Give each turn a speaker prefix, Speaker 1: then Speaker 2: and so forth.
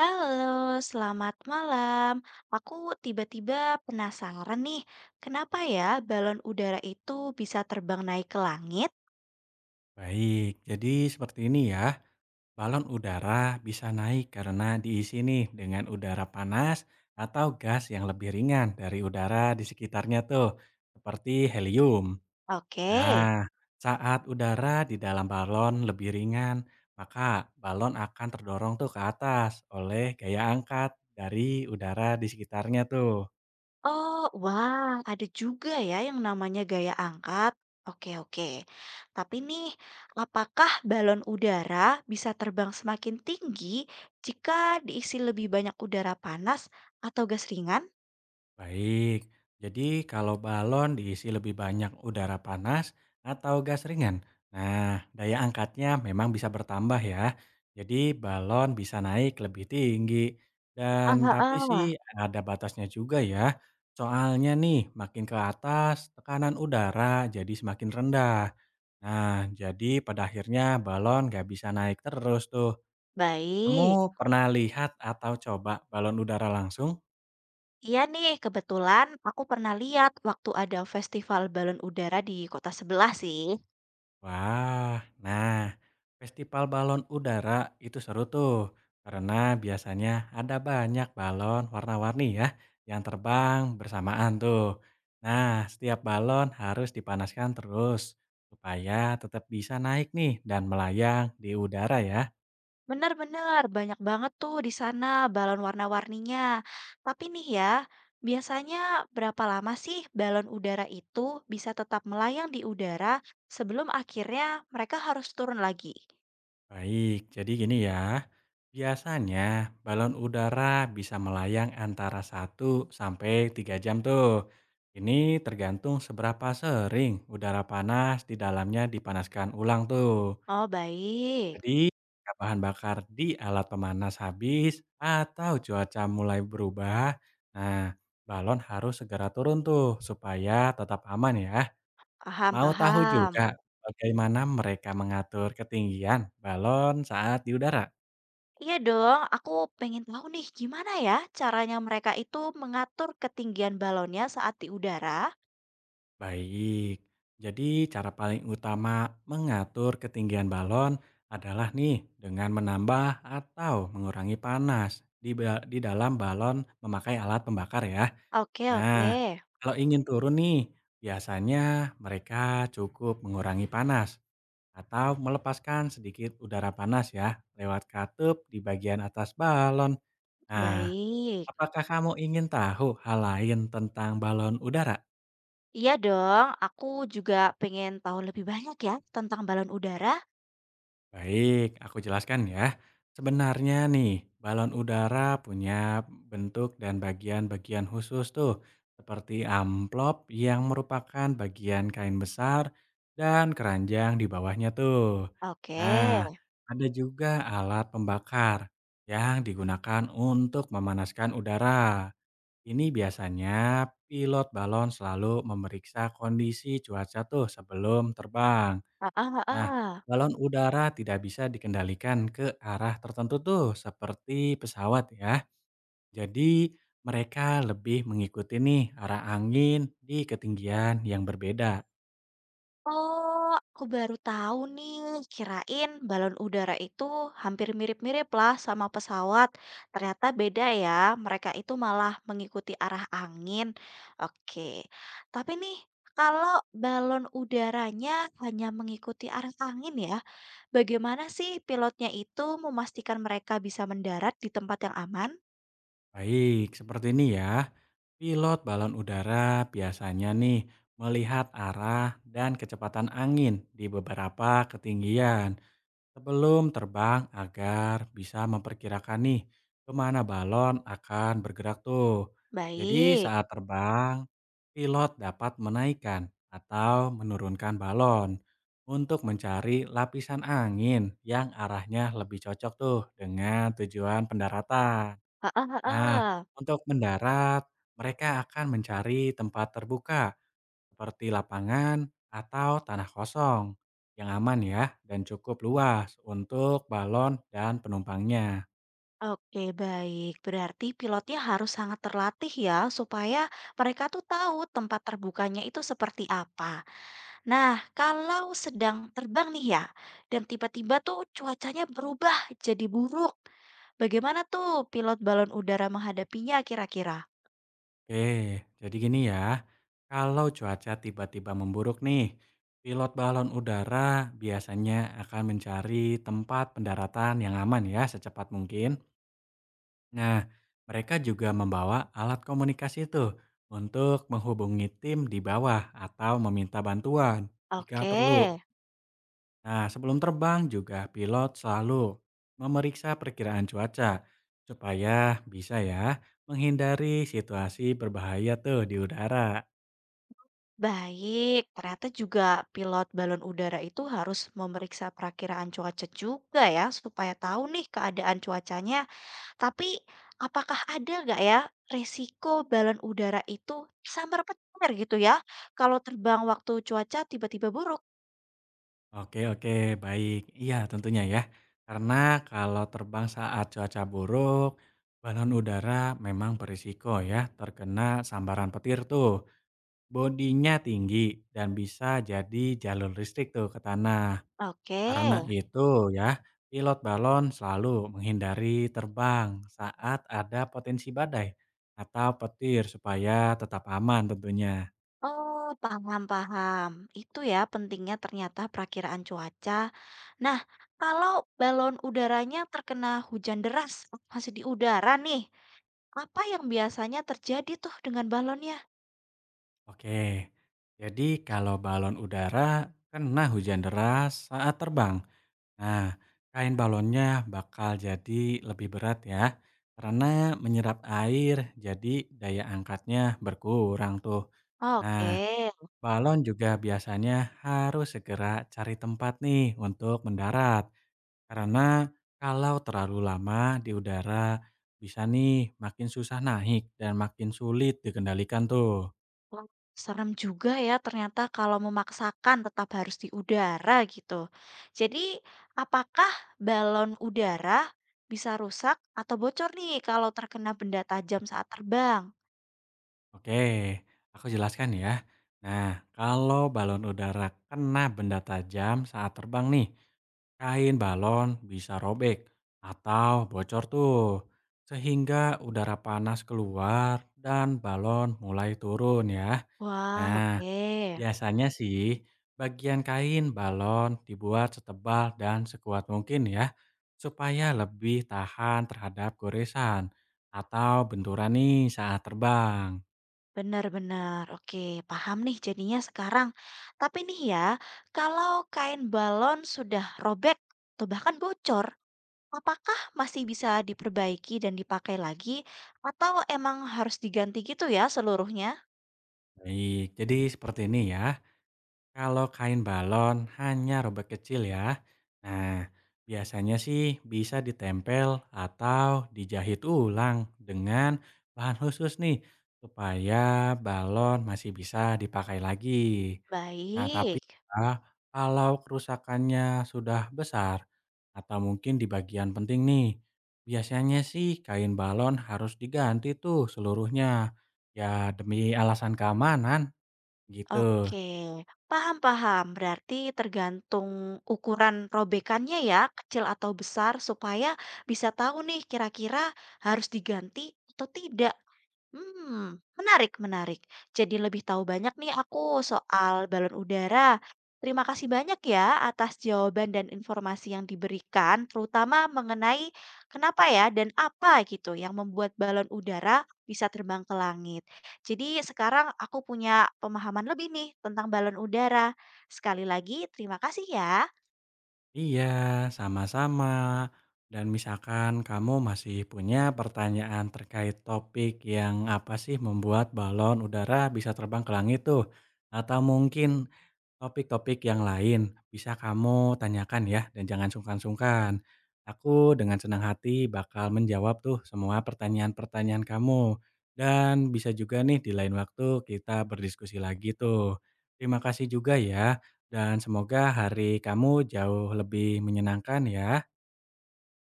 Speaker 1: Halo, selamat malam. Aku tiba-tiba penasaran nih, kenapa ya balon udara itu bisa terbang naik ke langit?
Speaker 2: Baik, jadi seperti ini ya. Balon udara bisa naik karena diisi nih dengan udara panas atau gas yang lebih ringan dari udara di sekitarnya tuh, seperti helium.
Speaker 1: Oke.
Speaker 2: Nah, saat udara di dalam balon lebih ringan, maka balon akan terdorong tuh ke atas oleh gaya angkat dari udara di sekitarnya tuh.
Speaker 1: Oh, wah, ada juga ya yang namanya gaya angkat. Oke, oke. Tapi nih, apakah balon udara bisa terbang semakin tinggi jika diisi lebih banyak udara panas atau gas ringan?
Speaker 2: Baik, jadi kalau balon diisi lebih banyak udara panas atau gas ringan, nah daya angkatnya memang bisa bertambah ya. Jadi balon bisa naik lebih tinggi.
Speaker 1: Ah,
Speaker 2: Dan tapi
Speaker 1: ah,
Speaker 2: sih
Speaker 1: ah.
Speaker 2: ada batasnya juga ya. Soalnya nih makin ke atas tekanan udara jadi semakin rendah. Nah jadi pada akhirnya balon nggak bisa naik terus tuh. Kamu
Speaker 1: Baik.
Speaker 2: pernah lihat atau coba balon udara langsung?
Speaker 1: Iya nih, kebetulan aku pernah lihat waktu ada festival balon udara di kota sebelah sih.
Speaker 2: Wah, nah festival balon udara itu seru tuh karena biasanya ada banyak balon warna-warni ya yang terbang bersamaan tuh. Nah, setiap balon harus dipanaskan terus supaya tetap bisa naik nih dan melayang di udara ya.
Speaker 1: Benar-benar banyak banget tuh di sana balon warna-warninya. Tapi nih ya, biasanya berapa lama sih balon udara itu bisa tetap melayang di udara sebelum akhirnya mereka harus turun lagi?
Speaker 2: Baik, jadi gini ya. Biasanya balon udara bisa melayang antara 1 sampai 3 jam tuh. Ini tergantung seberapa sering udara panas di dalamnya dipanaskan ulang tuh.
Speaker 1: Oh, baik.
Speaker 2: Jadi, jika bahan bakar di alat pemanas habis atau cuaca mulai berubah, nah balon harus segera turun tuh supaya tetap aman ya.
Speaker 1: Paham,
Speaker 2: Mau tahu juga
Speaker 1: paham.
Speaker 2: bagaimana mereka mengatur ketinggian balon saat di udara?
Speaker 1: Iya dong, aku pengen tahu nih gimana ya caranya mereka itu mengatur ketinggian balonnya saat di udara.
Speaker 2: Baik, jadi cara paling utama mengatur ketinggian balon adalah nih dengan menambah atau mengurangi panas di dalam balon memakai alat pembakar ya.
Speaker 1: Oke oke,
Speaker 2: Nah, kalau ingin turun nih, biasanya mereka cukup mengurangi panas atau melepaskan sedikit udara panas ya lewat katup di bagian atas balon. Nah,
Speaker 1: baik.
Speaker 2: apakah kamu ingin tahu hal lain tentang balon udara?
Speaker 1: Iya dong, aku juga pengen tahu lebih banyak ya tentang balon udara.
Speaker 2: Baik, aku jelaskan ya. Sebenarnya nih, balon udara punya bentuk dan bagian-bagian khusus tuh, seperti amplop yang merupakan bagian kain besar dan keranjang di bawahnya tuh.
Speaker 1: Oke,
Speaker 2: Nah, ada juga alat pembakar yang digunakan untuk memanaskan udara. Ini biasanya pilot balon selalu memeriksa kondisi cuaca tuh sebelum terbang.
Speaker 1: heeh
Speaker 2: Nah,
Speaker 1: heeh.
Speaker 2: balon udara tidak bisa dikendalikan ke arah tertentu tuh, seperti pesawat ya. Jadi, mereka lebih mengikuti nih arah angin di ketinggian yang berbeda.
Speaker 1: Oh, aku baru tahu nih, kirain balon udara itu hampir mirip-mirip lah sama pesawat. Ternyata beda ya, mereka itu malah mengikuti arah angin. Oke, tapi nih, kalau balon udaranya hanya mengikuti arah angin ya, bagaimana sih pilotnya itu memastikan mereka bisa mendarat di tempat yang aman?
Speaker 2: Baik, seperti ini ya. Pilot balon udara biasanya nih melihat arah dan kecepatan angin di beberapa ketinggian. Sebelum terbang agar bisa memperkirakan nih kemana balon akan bergerak tuh. Jadi
Speaker 1: Baik.
Speaker 2: saat terbang, pilot dapat menaikkan atau menurunkan balon untuk mencari lapisan angin yang arahnya lebih cocok tuh dengan tujuan pendaratan.
Speaker 1: Heeh,
Speaker 2: Nah,
Speaker 1: heeh.
Speaker 2: untuk mendarat, mereka akan mencari tempat terbuka seperti lapangan atau tanah kosong yang aman ya dan cukup luas untuk balon dan penumpangnya.
Speaker 1: Oke, baik. Berarti pilotnya harus sangat terlatih ya, supaya mereka tuh tahu tempat terbukanya itu seperti apa. Nah, kalau sedang terbang nih ya, dan tiba-tiba tuh cuacanya berubah jadi buruk. Bagaimana tuh pilot balon udara menghadapinya kira-kira?
Speaker 2: Oke, jadi gini ya, kalau cuaca tiba-tiba memburuk nih, pilot balon udara biasanya akan mencari tempat pendaratan yang aman ya secepat mungkin. Nah, mereka juga membawa alat komunikasi itu untuk menghubungi tim di bawah atau meminta bantuan jika
Speaker 1: Oke.
Speaker 2: perlu. Nah, sebelum terbang juga pilot selalu memeriksa perkiraan cuaca supaya bisa ya menghindari situasi berbahaya tuh di udara.
Speaker 1: Baik, ternyata juga pilot balon udara itu harus memeriksa perakiraan cuaca juga ya, supaya tahu nih keadaan cuacanya. Tapi apakah ada nggak ya resiko balon udara itu samar-petir gitu ya, kalau terbang waktu cuaca tiba-tiba buruk?
Speaker 2: Oke, oke, baik. Iya, tentunya ya. Karena kalau terbang saat cuaca buruk, balon udara memang berisiko ya terkena sambaran petir tuh. Bodinya tinggi dan bisa jadi jalur listrik tuh ke tanah.
Speaker 1: Oke.
Speaker 2: Karena itu ya, pilot balon selalu menghindari terbang saat ada potensi badai atau petir supaya tetap aman tentunya.
Speaker 1: Oh, paham paham. Itu ya pentingnya ternyata perakiraan cuaca. Nah, kalau balon udaranya terkena hujan deras, masih di udara nih. Apa yang biasanya terjadi tuh dengan balonnya?
Speaker 2: Oke, jadi kalau balon udara kena hujan deras saat terbang, nah kain balonnya bakal jadi lebih berat ya. Karena menyerap air, jadi daya angkatnya berkurang tuh.
Speaker 1: Oke,
Speaker 2: Nah, balon juga biasanya harus segera cari tempat nih untuk mendarat, karena kalau terlalu lama di udara bisa nih makin susah naik dan makin sulit dikendalikan tuh.
Speaker 1: wah, serem juga ya ternyata kalau memaksakan tetap harus di udara gitu. Jadi, apakah balon udara bisa rusak atau bocor nih kalau terkena benda tajam saat terbang?
Speaker 2: Oke, aku jelaskan ya. Nah, kalau balon udara kena benda tajam saat terbang nih, kain balon bisa robek atau bocor tuh. Sehingga udara panas keluar dan balon mulai turun ya.
Speaker 1: Wah,
Speaker 2: Nah,
Speaker 1: oke.
Speaker 2: biasanya sih bagian kain balon dibuat setebal dan sekuat mungkin ya, supaya lebih tahan terhadap goresan atau benturan nih saat terbang.
Speaker 1: Benar-benar, oke, paham nih jadinya sekarang. Tapi nih ya, kalau kain balon sudah robek atau bahkan bocor, apakah masih bisa diperbaiki dan dipakai lagi, atau emang harus diganti gitu ya seluruhnya?
Speaker 2: Baik, jadi seperti ini ya. Kalau kain balon hanya robek kecil ya. Nah, biasanya sih bisa ditempel atau dijahit ulang dengan bahan khusus nih supaya balon masih bisa dipakai lagi. Nah, tapi
Speaker 1: Baik,
Speaker 2: ya, kalau kerusakannya sudah besar atau mungkin di bagian penting nih, biasanya sih kain balon harus diganti tuh seluruhnya. Ya demi alasan keamanan gitu.
Speaker 1: oke, paham-paham. Berarti tergantung ukuran robekannya ya, kecil atau besar, supaya bisa tahu nih kira-kira harus diganti atau tidak. Hmm, menarik menarik. Jadi lebih tahu banyak nih aku soal balon udara. Terima kasih banyak ya atas jawaban dan informasi yang diberikan, terutama mengenai kenapa ya dan apa gitu yang membuat balon udara bisa terbang ke langit. Jadi sekarang aku punya pemahaman lebih nih tentang balon udara. Sekali lagi terima kasih ya.
Speaker 2: Iya, sama-sama. Dan misalkan kamu masih punya pertanyaan terkait topik yang apa sih membuat balon udara bisa terbang ke langit tuh? Atau mungkin topik-topik yang lain bisa kamu tanyakan ya dan jangan sungkan-sungkan. Aku dengan senang hati bakal menjawab tuh semua pertanyaan-pertanyaan kamu. Dan bisa juga nih di lain waktu kita berdiskusi lagi tuh. Terima kasih juga ya dan semoga hari kamu jauh lebih menyenangkan ya.